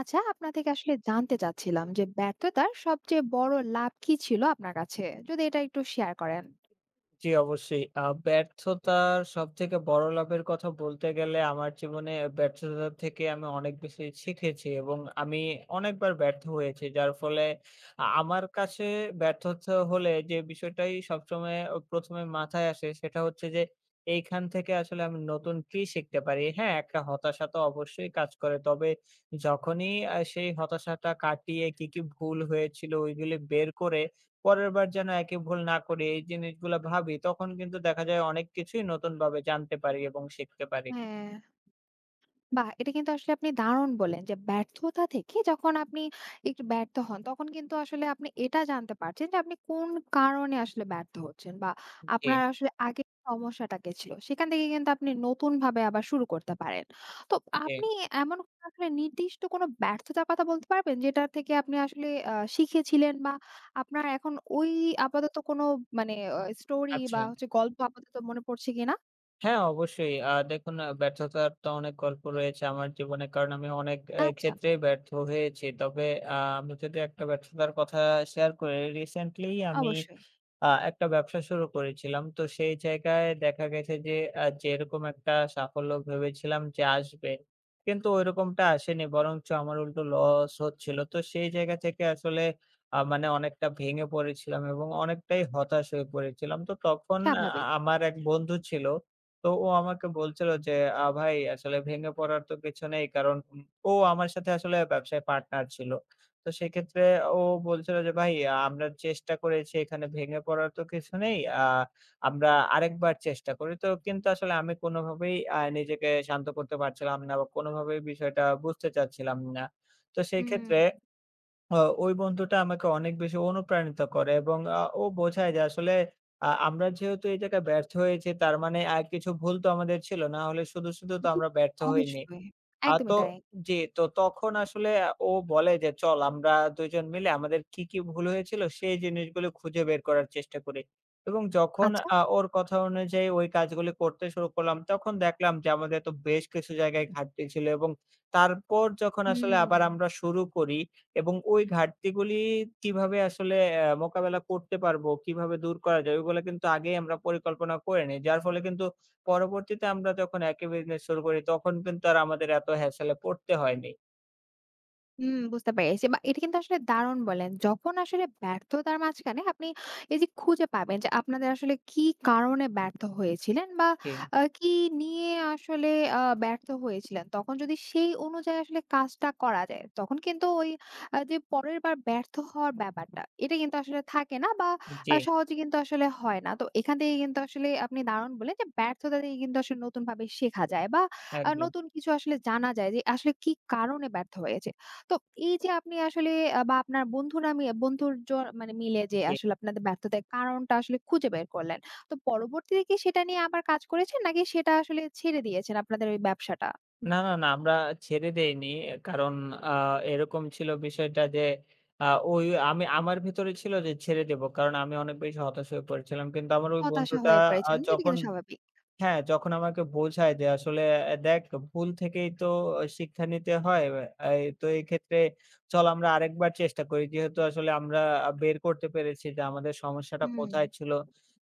আচ্ছা আপনা থেকে আসলে জানতে চাচ্ছিলাম যে ব্যর্থতার সবচেয়ে বড় লাভ কি ছিল আপনার কাছে? যদি এটা একটু শেয়ার করেন। জি, অবশ্যই। ব্যর্থতার সবথেকে বড় লাভের কথা বলতে গেলে আমার জীবনে ব্যর্থতা থেকে আমি অনেক বেশি শিখেছি এবং আমি অনেকবার ব্যর্থ হয়েছি। যার ফলে আমার কাছে ব্যর্থতা হলে যে বিষয়টাই সবসময় ১ম এ মাথায় আসে সেটা হচ্ছে যে এইখান থেকে আসলে আমি নতুন কি শিখতে পারি? হ্যাঁ, একটা হতাশা তো অবশ্যই কাজ করে। তবে যখনই সেই হতাশাটা কাটিয়ে কি ভুল হয়েছিল ওইগুলি বের করে পরের বার যেন একই ভুল না করি এই জিনিসগুলা ভাবি, তখন কিন্তু দেখা যায় অনেক কিছুই নতুনভাবে জানতে পারি এবং শিখতে পারি। হ্যাঁ বাহ! এটা কিন্তু আসলে আপনি দারুণ বললেন যে ব্যর্থতা থেকে যখন আপনি একটু ব্যর্থ হন, তখন কিন্তু আসলে আপনি এটা জানতে পারছেন যে আপনি কোন কারণে আসলে ব্যর্থ হচ্ছেন বা জি, আপনার আসলে আগের সমস্যাটা কি ছিল? সেখান থেকে কিন্তু আপনি নতুনভাবে আবার শুরু করতে পারেন। তো জি। আপনি এমন কোনো আসলে নির্দিষ্ট কোনো ব্যর্থতার কথা বলতে পারবেন? যেটা থেকে আপনি আসলে শিখেছিলেন বা আপনার এখন ওই আপাতত কোনো মানে স্টোরি আচ্ছা। বা হচ্ছে গল্প আপাতত মনে পড়ছে কিনা? হ্যাঁ, অবশ্যই। দেখুন ব্যর্থতার তো অনেক গল্প রয়েছে আমার জীবনে। কারণ আমি অনেক আচ্ছা, ক্ষেত্রেই ব্যর্থ হয়েছি। তবে আমি যদি একটা ব্যর্থতার কথা শেয়ার করি, রিসেন্টলি আমি অবশ্যই। একটা ব্যবসা শুরু করেছিলাম। তো সেই জায়গায় দেখা গেছে যে যেরকম একটা সাফল্য ভেবেছিলাম যে আসবে, কিন্তু ঐরকমটা আসেনি। বরঞ্চ আমার উল্টো লস হচ্ছিল। তো সেই জায়গা থেকে আসলে মানে অনেকটা ভেঙে পড়েছিলাম এবং অনেকটাই হতাশ হয়ে পড়েছিলাম। তো তখন স্বাভাবিক। আমার এক বন্ধু ছিল। তো ও আমাকে বলছিল যে, ভাই আসলে ভেঙে পড়ার তো কিছু নেই।" কারণ ও আমার সাথে আসলে ব্যবসায় পার্টনার ছিল। তো সেক্ষেত্রে ও বলছিল যে, "ভাই আমরা চেষ্টা করেছি এখানে ভেঙে পড়ার তো কিছু নেই। আমরা আরেকবার চেষ্টা করি।" তো কিন্তু আসলে আমি কোনোভাবেই নিজেকে শান্ত করতে পারছিলাম না বা কোনোভাবেই বিষয়টা বুঝতে চাচ্ছিলাম না। তো সেই হুম। ক্ষেত্রে ওই বন্ধুটা আমাকে অনেক বেশি অনুপ্রাণিত করে এবং ও বোঝায় যে আসলে আমরা যেহেতু এই জায়গায় ব্যর্থ হয়েছি তার মানে কিছু ভুল তো আমাদের ছিল। না হলে শুধু তো জি, আমরা ব্যর্থ হইনি। অবশ্যই। আ একদমই তো তাই। জি, তো তখন আসলে ও বলে যে, "চল আমরা ২ জন মিলে আমাদের কি ভুল হয়েছিল সেই জিনিসগুলো খুঁজে বের করার চেষ্টা করি" এবং যখন আচ্ছা। ওর কথা অনুযায়ী ওই কাজগুলি করতে শুরু করলাম, তখন দেখলাম যে আমাদের তো বেশ কিছু জায়গায় ঘাটতি ছিল এবং তারপর যখন আসলে হুম। আবার আমরা শুরু করি এবং ওই ঘাটতিগুলি কিভাবে আসলে মোকাবেলা করতে পারবো, কিভাবে দূর করা যায় ওইগুলা কিন্তু আগেই আমরা পরিকল্পনা করে নেই। যার ফলে কিন্তু পরবর্তীতে আমরা যখন একই বিজনেস শুরু করি তখন কিন্তু আর আমাদের এত হ্যাসেলে পড়তে হয়নি। হুম, বুঝতে পেরেছি। বা এটা কিন্তু আসলে দারুণ বললেন। যখন আসলে ব্যর্থতার মাঝখানে আপনি এই যে খুঁজে পাবেন যে আপনাদের আসলে কি কারণে ব্যর্থ হয়েছিলেন বা জি, কি নিয়ে আসলে ব্যর্থ হয়েছিলেন। তখন যদি সেই অনুযায়ী আসলে কাজটা করা যায়, তখন কিন্তু ওই যে পরের বার ব্যর্থ হওয়ার ব্যাপারটা, এটা কিন্তু আসলে থাকে না বা জি, সহজে কিন্তু আসলে হয় না। তো এখান থেকে কিন্তু আসলে আপনি দারুণ বললেন যে ব্যর্থতা থেকে কিন্তু আসলে নতুনভাবে শেখা যায় বা একদম। নতুন কিছু আসলে জানা যায় যে আসলে কি কারণে ব্যর্থ হয়েছে। তো এই যে আপনি আসলে বা আপনার বন্ধুর মানে মিলে যে জি। আসলে আপনাদের ব্যর্থতার কারণটা আসলে খুঁজে বের করলেন। তো পরবর্তীতে কি সেটা নিয়ে আবার কাজ করেছেন? নাকি সেটা আসলে ছেড়ে দিয়েছেন আপনাদের ওই ব্যবসাটা? না, না, না আমরা ছেড়ে দেইনি। কারণ আ এরকম ছিল বিষয়টা যে আ ওই আমি আমার ভিতরে ছিল যে ছেড়ে দেব। কারণ আমি অনেক বেশি হতাশ হয়ে পড়েছিলাম। কিন্তু আমার ওই হতাশা বন্ধুটা হয়ে আ পড়েছেন। যেটা যখন কিন্তু স্বাভাবিক। হ্যাঁ, যখন আমাকে বোঝায় যে আসলে দেখ ভুল থেকেই তো আহ, শিক্ষা নিতে হয়। এই তো এই ক্ষেত্রে চল আমরা আরেকবার চেষ্টা করি। যেহেতু আসলে আমরা বের করতে পেরেছি যে আমাদের সমস্যাটা হুম, কোথায় ছিল।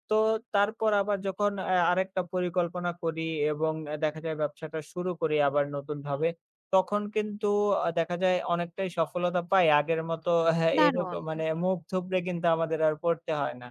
তো তারপর আবার যখন আরেকটা পরিকল্পনা করি এবং দেখা যায় ব্যবসাটা শুরু করি আবার নতুনভাবে। তখন কিন্তু দেখা যায় অনেকটাই সফলতা পাই। আগের মতো হ্যাঁ, দারুণ। এরকম মানে মুখ থুবড়ে কিন্তু আমাদের আর পড়তে হয় না।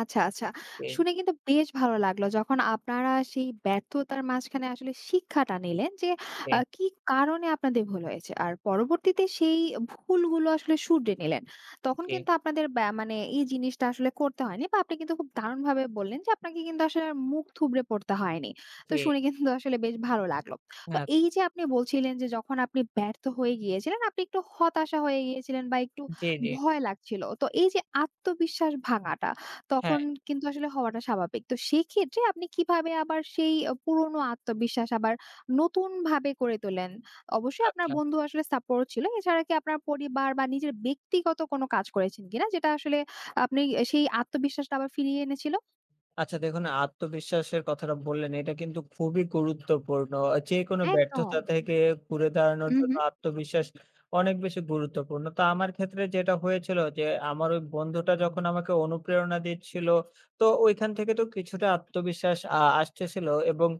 আচ্ছা, আচ্ছা। জি, শুনে কিন্তু বেশ ভালো লাগলো। যখন আপনারা সেই ব্যর্থতার মাঝখানে আসলে শিক্ষাটা নিলেন যে, জি, কি কারণে আপনাদের ভুল হয়েছে। আর পরবর্তীতে সেই ভুলগুলো আসলে শুধরে নিলেন। তখন জি, কিন্তু আপনাদের মানে এই জিনিসটা আসলে করতে হয়নি বা আপনি কিন্তু খুব দারুণভাবে বললেন যে, আপনাকে কিন্তু আসলে আর মুখ থুবড়ে পড়তে হয়নি। তো জি। শুনে কিন্তু আসলে বেশ ভালো লাগলো। তো এই আচ্ছা। যে আপনি বলছিলেন যে, যখন আপনি ব্যর্থ হয়ে গিয়েছিলেন, আপনি একটু হতাশা হয়ে গিয়েছিলেন বা একটু জি, জি। ভয় লাগছিল। তো এই যে আত্মবিশ্বাস ভাঙাটা তখন হ্যাঁ, কিন্তু আসলে হওয়াটা স্বাভাবিক। তো সেক্ষেত্রে আপনি কিভাবে আবার সেই পুরনো আত্মবিশ্বাস আবার নতুনভাবে করে তোলেন? অবশ্যই আপনার আচ্ছা। বন্ধু আসলে সাপোর্ট ছিল। এছাড়া কি আপনার পরিবার বা নিজের ব্যক্তিগত কোনো কাজ করেছেন কিনা? যেটা আসলে আপনি সেই আত্মবিশ্বাসটা আবার ফিরিয়ে এনেছিল? আচ্ছা দেখুন আত্মবিশ্বাসের কথাটা বললেন এটা কিন্তু খুবই গুরুত্বপূর্ণ। যেকোনো একদম। ব্যর্থতা থেকে ঘুরে দাঁড়ানোর জন্য উহু, আত্মবিশ্বাস অনেক বেশি গুরুত্বপূর্ণ। তো আমার ক্ষেত্রে যেটা হয়েছিল যে আমার ওই বন্ধুটা যখন আমাকে অনুপ্রেরণা দিচ্ছিল, তো ওইখান থেকে তো কিছুটা আত্মবিশ্বাস আসতেছিল এবং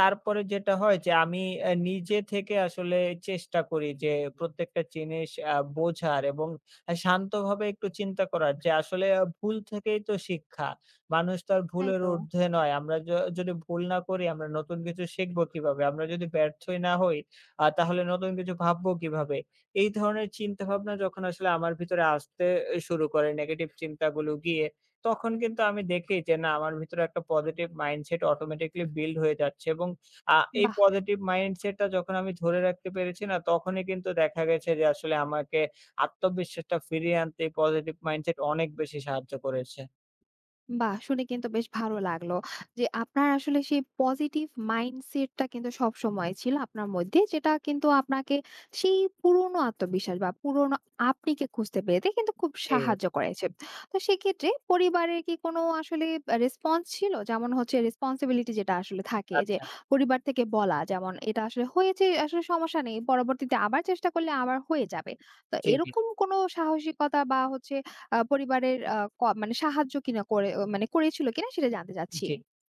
তারপরে যেটা হয় যে আমি নিজে থেকে আসলে চেষ্টা করি যে প্রত্যেকটা জিনিস বোঝার এবং শান্তভাবে একটু চিন্তা করার যে আসলে ভুল থেকেই তো শিক্ষা। মানুষ তো আর তাই ভুলের তো। ঊর্ধ্বে নয়। আমরা য যদি ভুল না করি আমরা নতুন কিছু শিখবো কিভাবে? আমরা যদি ব্যর্থই না হই, তাহলে নতুন কিছু ভাববো কিভাবে? এই ধরনের চিন্তাভাবনা যখন আসলে আমার ভিতরে আসতে শুরু করে নেগেটিভ চিন্তাগুলো গিয়ে, তখন কিন্তু আমি দেখি যে না আমার ভিতরে একটা পজিটিভ মাইন্ডসেট অটোমেটিক্যালি বিল্ড হয়ে যাচ্ছে এবং এই বাহ! পজিটিভ মাইন্ডসেটটা যখন আমি ধরে রাখতে পেরেছি না, তখনই কিন্তু দেখা গেছে যে আসলে আমাকে আত্মবিশ্বাসটা ফিরিয়ে আনতে এই পজিটিভ মাইন্ডসেট অনেক বেশি সাহায্য করেছে। বাহ! শুনে কিন্তু বেশ ভালো লাগলো। যে আপনার আসলে সেই পজিটিভ মাইন্ডসেটটা কিন্তু সবসময় ছিল আপনার মধ্যে। যেটা কিন্তু আপনাকে সেই পুরনো আত্মবিশ্বাস বা পুরনো আপনিকে খুঁজতে পেরেতে কিন্তু খুব জি, সাহায্য করেছে। তো সেক্ষেত্রে পরিবারের কি কোনো আসলে রেসপন্স ছিল? যেমন হচ্ছে রেসপন্সিবিলিটি যেটা আসলে থাকে যে আচ্ছা। পরিবার থেকে বলা যেমন এটা আসলে হয়েছে আসলে সমস্যা নেই। পরবর্তীতে আবার চেষ্টা করলে আবার হয়ে যাবে। তো জি, জি। এরকম কোনো সাহসিকতা বা হচ্ছে পরিবারের আ ক মানে সাহায্য কিনা করে মানে করেছিল কিনা সেটা জানতে চাচ্ছি। জি।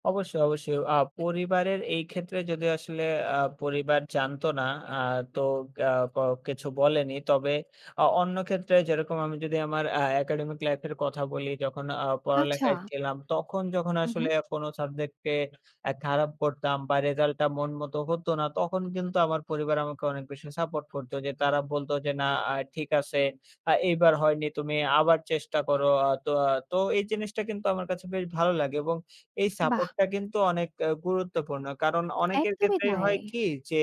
অবশ্যই, অবশ্যই। পরিবারের এই ক্ষেত্রে যদি আসলে পরিবার জানতো না, আ তো আ ক কিছু বলেনি। তবে অন্য ক্ষেত্রে যেরকম আমি যদি আমার একাডেমিক লাইফ এর কথা বলি, যখন আচ্ছা। পড়ালেখায় ছিলাম, তখন যখন হু, হু। আসলে কোনো সাবজেক্টে খারাপ করতাম বা রেজাল্টটা মন মতো হতো না, তখন কিন্তু আমার পরিবার আমাকে অনেক বেশি সাপোর্ট করতো। যে তারা বলতো যে, "না, ঠিক আছে। এইবার হয়নি, তুমি আবার চেষ্টা করো।" আ তো আ তো এই জিনিসটা কিন্তু আমার কাছে বেশ ভালো লাগে এবং এই বাহ! সাপোর্টটা কিন্তু অনেক গুরুত্বপূর্ণ। কারণ অনেকের একদমই ক্ষেত্রেই তাই। হয় কি যে,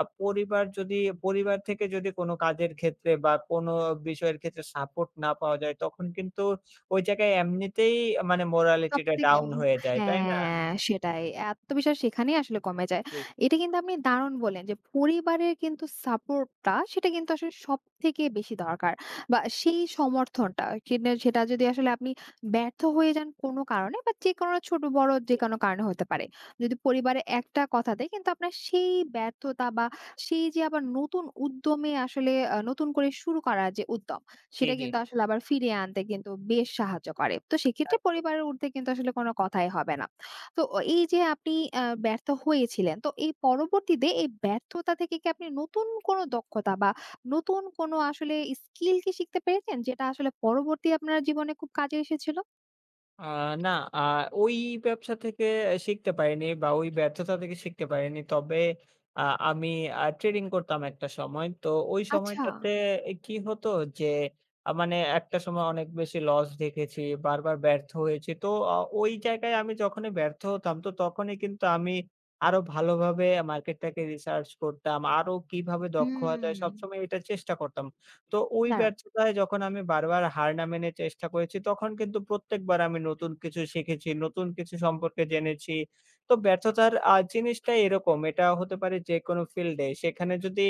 আ পরিবার যদি পরিবার থেকে যদি কোনো কাজের ক্ষেত্রে বা কোনো বিষয়ের ক্ষেত্রে সাপোর্ট না পাওয়া যায়, তখন কিন্তু ওই জায়গায় এমনিতেই মানে মোরালিটিটা সবথেকে ডাউন হয়ে যায়। তাই না? হ্যাঁ, সেটাই। আত্মবিশ্বাস সেখানেই আসলে কমে যায়। জি, এটা কিন্তু আপনি দারুণ বললেন যে, পরিবারের কিন্তু সাপোর্টটা সেটা কিন্তু আসলে সবথেকে বেশি দরকার। বা সেই সমর্থনটা সেটা সেটা যদি আসলে আপনি ব্যর্থ হয়ে যান কোনো কারণে বা যেকোনো ছোট বড় জি, যেকোনো কারণে হতে পারে। যদি পরিবারে একটা কথা দেয় কিন্তু আপনার সেই ব্যর্থতা বা সেই যে আবার নতুন উদ্যমে আসলে নতুন করে শুরু করার যে উদ্যম জি, সেটা জি। কিন্তু আসলে আবার ফিরিয়ে আনতে কিন্তু বেশ সাহায্য করে। তো সেক্ষেত্রে একদম। পরিবারের ঊর্ধ্বে কিন্তু আসলে কোনো কথাই হবে না। তো এই যে আপনি ব্যর্থ হয়েছিলেন, তো এই পরবর্তীতে এই ব্যর্থতা থেকে কি আপনি নতুন কোনো দক্ষতা বা নতুন কোনো আসলে স্কিল কি শিখতে পেরেছেন? যেটা আসলে পরবর্তী আপনার জীবনে খুব কাজে এসেছিল? আ না, আ ওই ব্যবসা থেকে শিখতে পারিনি বা ওই ব্যর্থতা থেকে শিখতে পারিনি। তবে আ আমি ট্রেডিং করতাম একটা সময়। তো ওই আচ্ছা। সময়টাতে কি হতো যে মানে একটা সময় অনেক বেশি লস দেখেছি, বারবার ব্যর্থ হয়েছি। তো অ ওই জায়গায় আমি যখনই ব্যর্থ হতাম তো তখনই কিন্তু আমি আরো ভালোভাবে মার্কেটটাকে রিসার্চ করতাম। আরো কিভাবে দক্ষ হওয়া যায় হুম। সবসময় এটার চেষ্টা করতাম। তো ওই দারুণ। ব্যর্থতায় যখন আমি বারবার হার না মেনে চেষ্টা করেছি, তখন কিন্তু প্রত্যেকবার আমি নতুন কিছু শিখেছি, নতুন কিছু সম্পর্কে জেনেছি। তো ব্যর্থতার জিনিসটাই এরকম। এটা হতে পারে যেকোনো ফিল্ডে। সেখানে যদি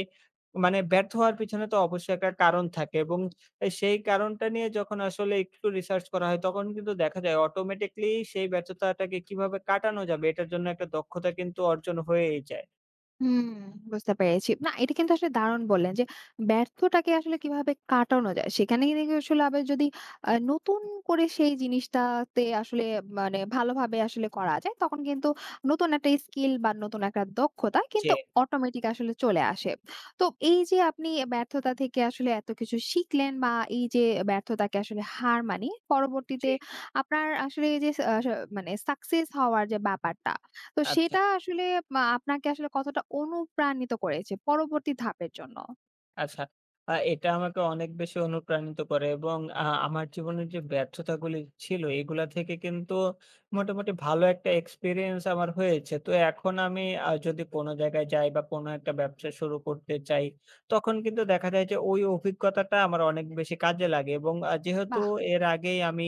মানে ব্যর্থ হওয়ার পিছনে তো অবশ্যই একটা কারণ থাকে এবং সেই কারণটা নিয়ে যখন আসলে একটু রিসার্চ করা হয়, তখন কিন্তু দেখা যায় অটোমেটিকলি সেই ব্যর্থতাটাকে কিভাবে কাটানো যাবে, এটার জন্য একটা দক্ষতা কিন্তু অর্জন হয়েই যায়। হুম, বুঝতে পেরেছি। না, এটা কিন্তু আসলে দারুণ বললেন যে, ব্যর্থটাকে আসলে কিভাবে কাটানো যায়। সেখানে থেকে আসলে আবার যদি নতুন করে সেই জিনিসটাতে আসলে মানে ভালোভাবে আসলে করা যায়, তখন কিন্তু নতুন একটা স্কিল বা নতুন একটা দক্ষতা জি, কিন্তু অটোমেটিক আসলে চলে আসে। তো এই যে আপনি ব্যর্থতা থেকে আসলে এত কিছু শিখলেন বা এই যে ব্যর্থতাকে আসলে হার মানিয়ে পরবর্তীতে জি। আপনার আসলে এই যে স আ মানে সাকসেস হওয়ার যে ব্যাপারটা, তো আচ্ছা। সেটা আসলে আপনাকে আসলে কতটা অনুপ্রাণিত করেছে পরবর্তী ধাপের জন্য? আচ্ছা। এটা আমাকে অনেক বেশি অনুপ্রাণিত করে এবং আমার জীবনের যে ব্যর্থতাগুলি ছিল এগুলা থেকে কিন্তু মোটামুটি ভালো একটা এক্সপেরিয়েন্স আমার হয়েছে। তো এখন আমি যদি কোনো জায়গায় যাই বা কোনো একটা ব্যবসা শুরু করতে চাই, তখন কিন্তু দেখা যায় যে ওই অভিজ্ঞতাটা আমার অনেক বেশি কাজে লাগে এবং যেহেতু বাহ! এর আগেই আমি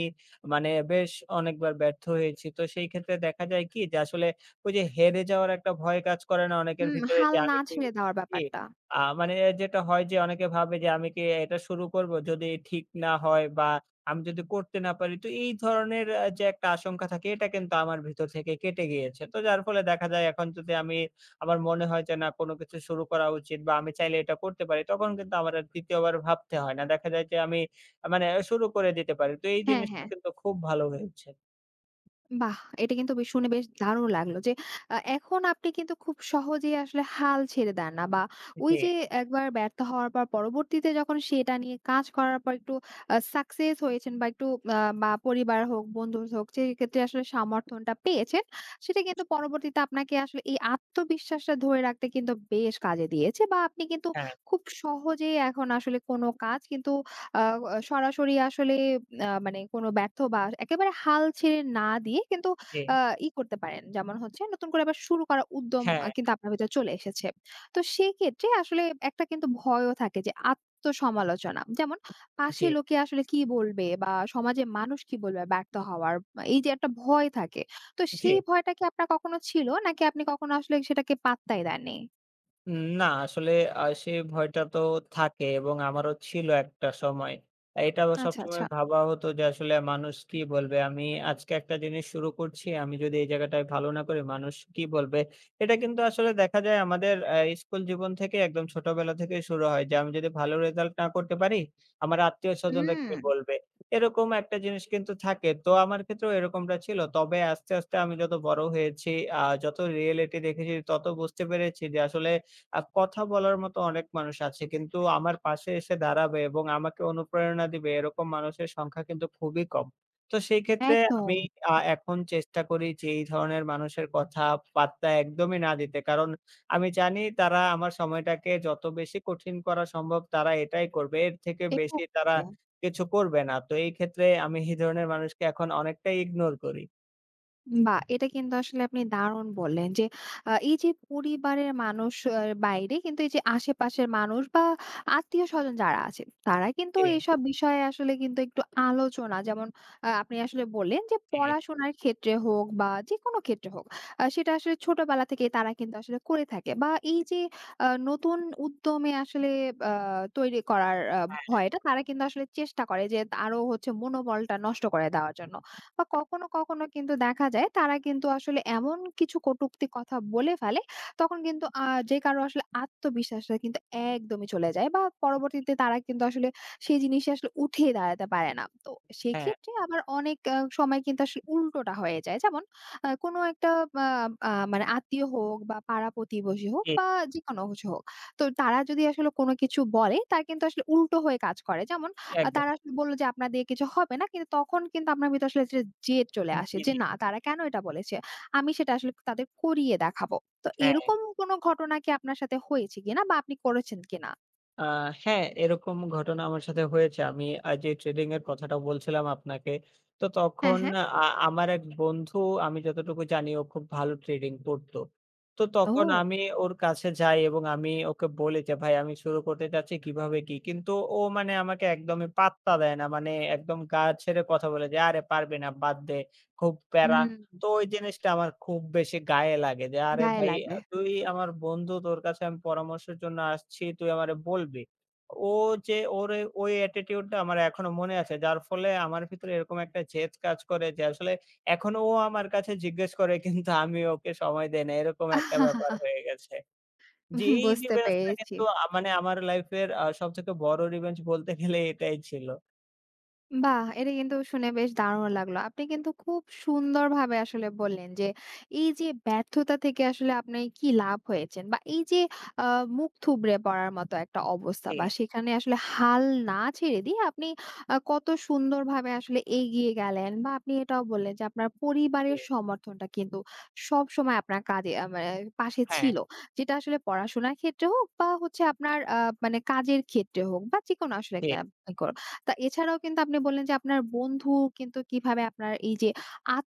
মানে বেশ অনেকবার ব্যর্থ হয়েছি। তো সেই ক্ষেত্রে দেখা যায় কি যে আসলে ওই যে হেরে যাওয়ার একটা ভয় কাজ করে না অনেকের হুম, ভিতরে হাল যে না আমি কি ছেড়ে দেওয়ার জি। ব্যাপারটা। মানে যেটা হয় যে অনেকে ভাবে যে আমি কি এটা শুরু করব? যদি ঠিক না হয় বা আমি যদি করতে না পারি। তো এই ধরনের যে একটা আশঙ্কা থাকে এটা কিন্তু আমার ভিতর থেকে কেটে গিয়েছে। তো যার ফলে দেখা যায় এখন যদি আমি আমার মনে হয় যে না কোনো কিছু শুরু করা উচিত বা আমি চাইলে এটা করতে পারি তখন কিন্তু আমার আর ২য় বার ভাবতে হয় না। দেখা যায় যে আমি মানে শুরু করে দিতে পারি। তো এই হ্যাঁ, জিনিসটা হ্যাঁ। কিন্তু খুব ভালো হয়েছে। বাহ! এটা কিন্তু বেশ শুনে বেশ দারুণ লাগলো যে এখন আপনি কিন্তু খুব সহজেই আসলে হাল ছেড়ে দেন না বা ওই জি, যে একবার ব্যর্থ হওয়ার পর পরবর্তীতে যখন সেটা নিয়ে কাজ করার পর একটু সাকসেস হয়েছেন বা একটু বা পরিবার হোক, বন্ধু হোক সেক্ষেত্রে আসলে সমর্থনটা পেয়েছেন, সেটা কিন্তু পরবর্তীতে আপনাকে আসলে এই আত্মবিশ্বাসটা ধরে রাখতে কিন্তু বেশ কাজে দিয়েছে বা আপনি কিন্তু হ্যাঁ, খুব সহজেই এখন আসলে কোনো কাজ কিন্তু আ সরাসরি আসলে মানে কোনো ব্যর্থ বা একেবারে হাল ছেড়ে না দিয়ে কিন্তু জি, আ ই করতে পারেন। যেমন হচ্ছে নতুন করে আবার শুরু করার উদ্যম হ্যাঁ, কিন্তু আপনার ভেতরে চলে এসেছে। তো সেক্ষেত্রে আসলে একটা কিন্তু ভয়ও থাকে যে আত্মসমালোচনা। যেমন পাশে জি, লোকে আসলে কি বলবে বা সমাজে মানুষ কি বলবে ব্যর্থ হওয়ার এই যে একটা ভয় থাকে। তো জি। সেই ভয়টা কি আপনার কখনো ছিল নাকি আপনি কখনো আসলে সেটাকে পাত্তাই দেননি? না আসলে সেই ভয়টা তো থাকে এবং আমারও ছিল একটা সময়। এটা আবার আচ্ছা, সবসময় আচ্ছা। ভাবা হতো যে আসলে মানুষ কি বলবে? আমি আজকে একটা জিনিস শুরু করছি। আমি যদি এই জায়গাটায় ভালো না করি মানুষ কি বলবে? এটা কিন্তু আসলে দেখা যায় আমাদের স্কুল জীবন থেকে একদম ছোটবেলা থেকেই শুরু হয় যে আমি যদি ভালো রেজাল্ট না করতে পারি, আমার আত্মীয়স্বজনরা হুম, কি বলবে? এরকম একটা জিনিস কিন্তু থাকে। তো আমার ক্ষেত্রেও এরকমটা ছিল। তবে আস্তে, আস্তে আমি যত বড় হয়েছি যত রিয়েলিটি দেখেছি তত বুঝতে পেরেছি যে আসলে কথা বলার মতো অনেক মানুষ আছে। কিন্তু আমার পাশে এসে দাঁড়াবে এবং আমাকে অনুপ্রেরণা দিবে এরকম মানুষের সংখ্যা কিন্তু খুবই কম। তো সেই ক্ষেত্রে আমি একদম। এখন চেষ্টা করি যে এই ধরনের মানুষের কথা পাত্তা একদমই না দিতে। কারণ আমি জানি তারা আমার সময়টাকে যত বেশি কঠিন করা সম্ভব তারা এটাই করবে। এর থেকে এটাই বেশি তারা হবে। কিছু করবে না। তো এই ক্ষেত্রে আমি এই ধরনের মানুষকে এখন অনেকটাই ইগনোর করি। বাহ! এটা কিন্তু আসলে আপনি দারুণ বললেন যে, এই যে পরিবারের মানুষ আ বাইরে কিন্তু এই যে আশেপাশের মানুষ বা আত্মীয়স্বজন যারা আছে, তারা কিন্তু জি, এইসব বিষয়ে আসলে কিন্তু একটু আলোচনা যেমন আপনি আসলে বললেন যে জি। পড়াশোনার ক্ষেত্রে হোক বা যেকোনো ক্ষেত্রে হোক, সেটা আসলে ছোটবেলা থেকেই তারা কিন্তু আসলে করে থাকে। বা এই যে নতুন উদ্যমে আসলে আ তৈরি করার হ্যাঁ, ভয়টা তারা কিন্তু আসলে চেষ্টা করে যে আরো হচ্ছে মনোবলটা নষ্ট করে দেওয়ার জন্য। বা কখনো কখনো কিন্তু দেখা যায় তারা কিন্তু আসলে এমন কিছু কটূক্তি কথা বলে ফেলে, তখন কিন্তু যে কারো আসলে আত্মবিশ্বাসটা কিন্তু একদমই চলে যায় বা পরবর্তীতে তারা কিন্তু আসলে সেই জিনিসটা আসলে উঠিয়ে দাঁড়াতে পারে না। তো হ্যাঁ। সেক্ষেত্রে আবার অনেক সময় কিন্তু আসলে উল্টোটা হয়ে যায়। যেমন কোনো একটা আ আ মানে আত্মীয় হোক বা পাড়া-প্রতিবেশী হোক জি, বা যেকোনো কিছু হোক। তো তারা যদি আসলে কোনো কিছু বলে, তার কিন্তু আসলে উল্টো হয়ে কাজ করে। যেমন একদম। তারা আসলে বলল যে, "আপনার দিয়ে কিছু হবে না।" কিন্তু তখন কিন্তু আপনার ভিতরে আসলে যে জেদ চলে আসে জি, যে, জি। "না, তারা কেন এটা বলেছে? আমি সেটা আসলে তাদের করিয়ে দেখাবো।" তো হ্যাঁ। এরকম কোনো ঘটনা কি আপনার সাথে হয়েছে কিনা বা আপনি করেছেন কিনা? আ হ্যাঁ, এরকম ঘটনা আমার সাথে হয়েছে। আমি যে ট্রেডিং এর কথাটা বলছিলাম আপনাকে, তো হ্যাঁ, তখন হ্যাঁ। আ আমার এক বন্ধু আমি যতটুকু জানি ও খুব ভালো ট্রেডিং করতো। তো তখন ও! আমি ওর কাছে যাই এবং আমি ওকে বলি যে, "ভাই আমি শুরু করতে চাচ্ছি কিভাবে কি?" কিন্তু ও মানে আমাকে একদমই পাত্তা দেয় না। মানে একদম গা ছেড়ে কথা বলে যে, "আরে পারবি না, বাদ দে, খুব প্যারা।" হুম, তো ওই জিনিসটা আমার খুব বেশি গায়ে লাগে যে, "আরে গায়ে ভাই লাগে। তুই আমার বন্ধু, তোর কাছে আমি পরামর্শের জন্য আসছি, তুই আমারে বলবি।" ও যে ওর এ ওই attitude টা আমার এখনো মনে আছে। যার ফলে আমার ভিতরে এরকম একটা জেদ কাজ করে যে আসলে এখনো ও আমার কাছে জিজ্ঞেস করে কিন্তু আমি ওকে সময় দেই না। এরকম একটা ব্যাপার হয়ে গেছে। যে এই বুঝতে revenge টা পেরেছি। কিন্তু মানে আমার লাইফ এর সবথেকে বড় revenge বলতে গেলে এটাই ছিল। বাহ! এটা কিন্তু শুনে বেশ দারুণ লাগলো। আপনি কিন্তু খুব সুন্দরভাবে আসলে বললেন যে, এই যে ব্যর্থতা থেকে আসলে আপনি কি লাভ হয়েছেন বা এই যে আ মুখ থুবড়ে পড়ার মতো একটা অবস্থা জি, বা সেখানে আসলে হাল না ছেড়ে দিয়ে আপনি কত সুন্দরভাবে আসলে এগিয়ে গেলেন বা আপনি এটাও বললেন যে আপনার জি। পরিবারের সমর্থনটা কিন্তু সবসময় আপনার কাজে মানে পাশে হ্যাঁ, ছিল। যেটা আসলে পড়াশোনার ক্ষেত্রে হোক বা হচ্ছে আপনার মানে কাজের ক্ষেত্রে হোক বা যেকোনো আসলে জি, তা এছাড়াও কিন্তু আপনি বললেন যে আপনার বন্ধু কিন্তু কিভাবে আপনার এই যে আত্ম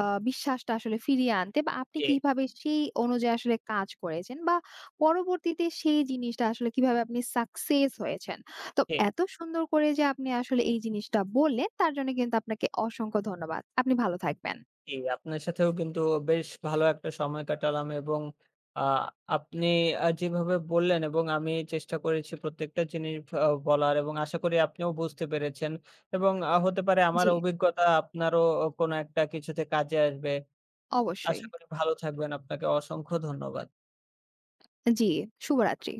আ বিশ্বাসটা আসলে ফিরিয়ে আনতে বা আপনি জি, কিভাবে সেই অনুযায়ী আসলে কাজ করেছেন বা পরবর্তীতে সেই জিনিসটা আসলে কিভাবে আপনি সাকসেস হয়েছেন। তো জি। এত সুন্দর করে যে আপনি আসলে এই জিনিসটা বললেন তার জন্য কিন্তু আপনাকে অসংখ্য ধন্যবাদ। আপনি ভালো থাকবেন। জি, আপনার সাথেও কিন্তু বেশ ভালো একটা সময় কাটালাম এবং আ আপনি যেভাবে বললেন এবং আমি চেষ্টা করেছি প্রত্যেকটা জিনিস বলার এবং আশা করি আপনিও বুঝতে পেরেছেন এবং হতে পারে আমার জি, অভিজ্ঞতা আপনারও কোনো একটা কিছুতে কাজে আসবে। অবশ্যই। আশা করি ভালো থাকবেন। আপনাকে অসংখ্য ধন্যবাদ। জি, শুভরাত্রি।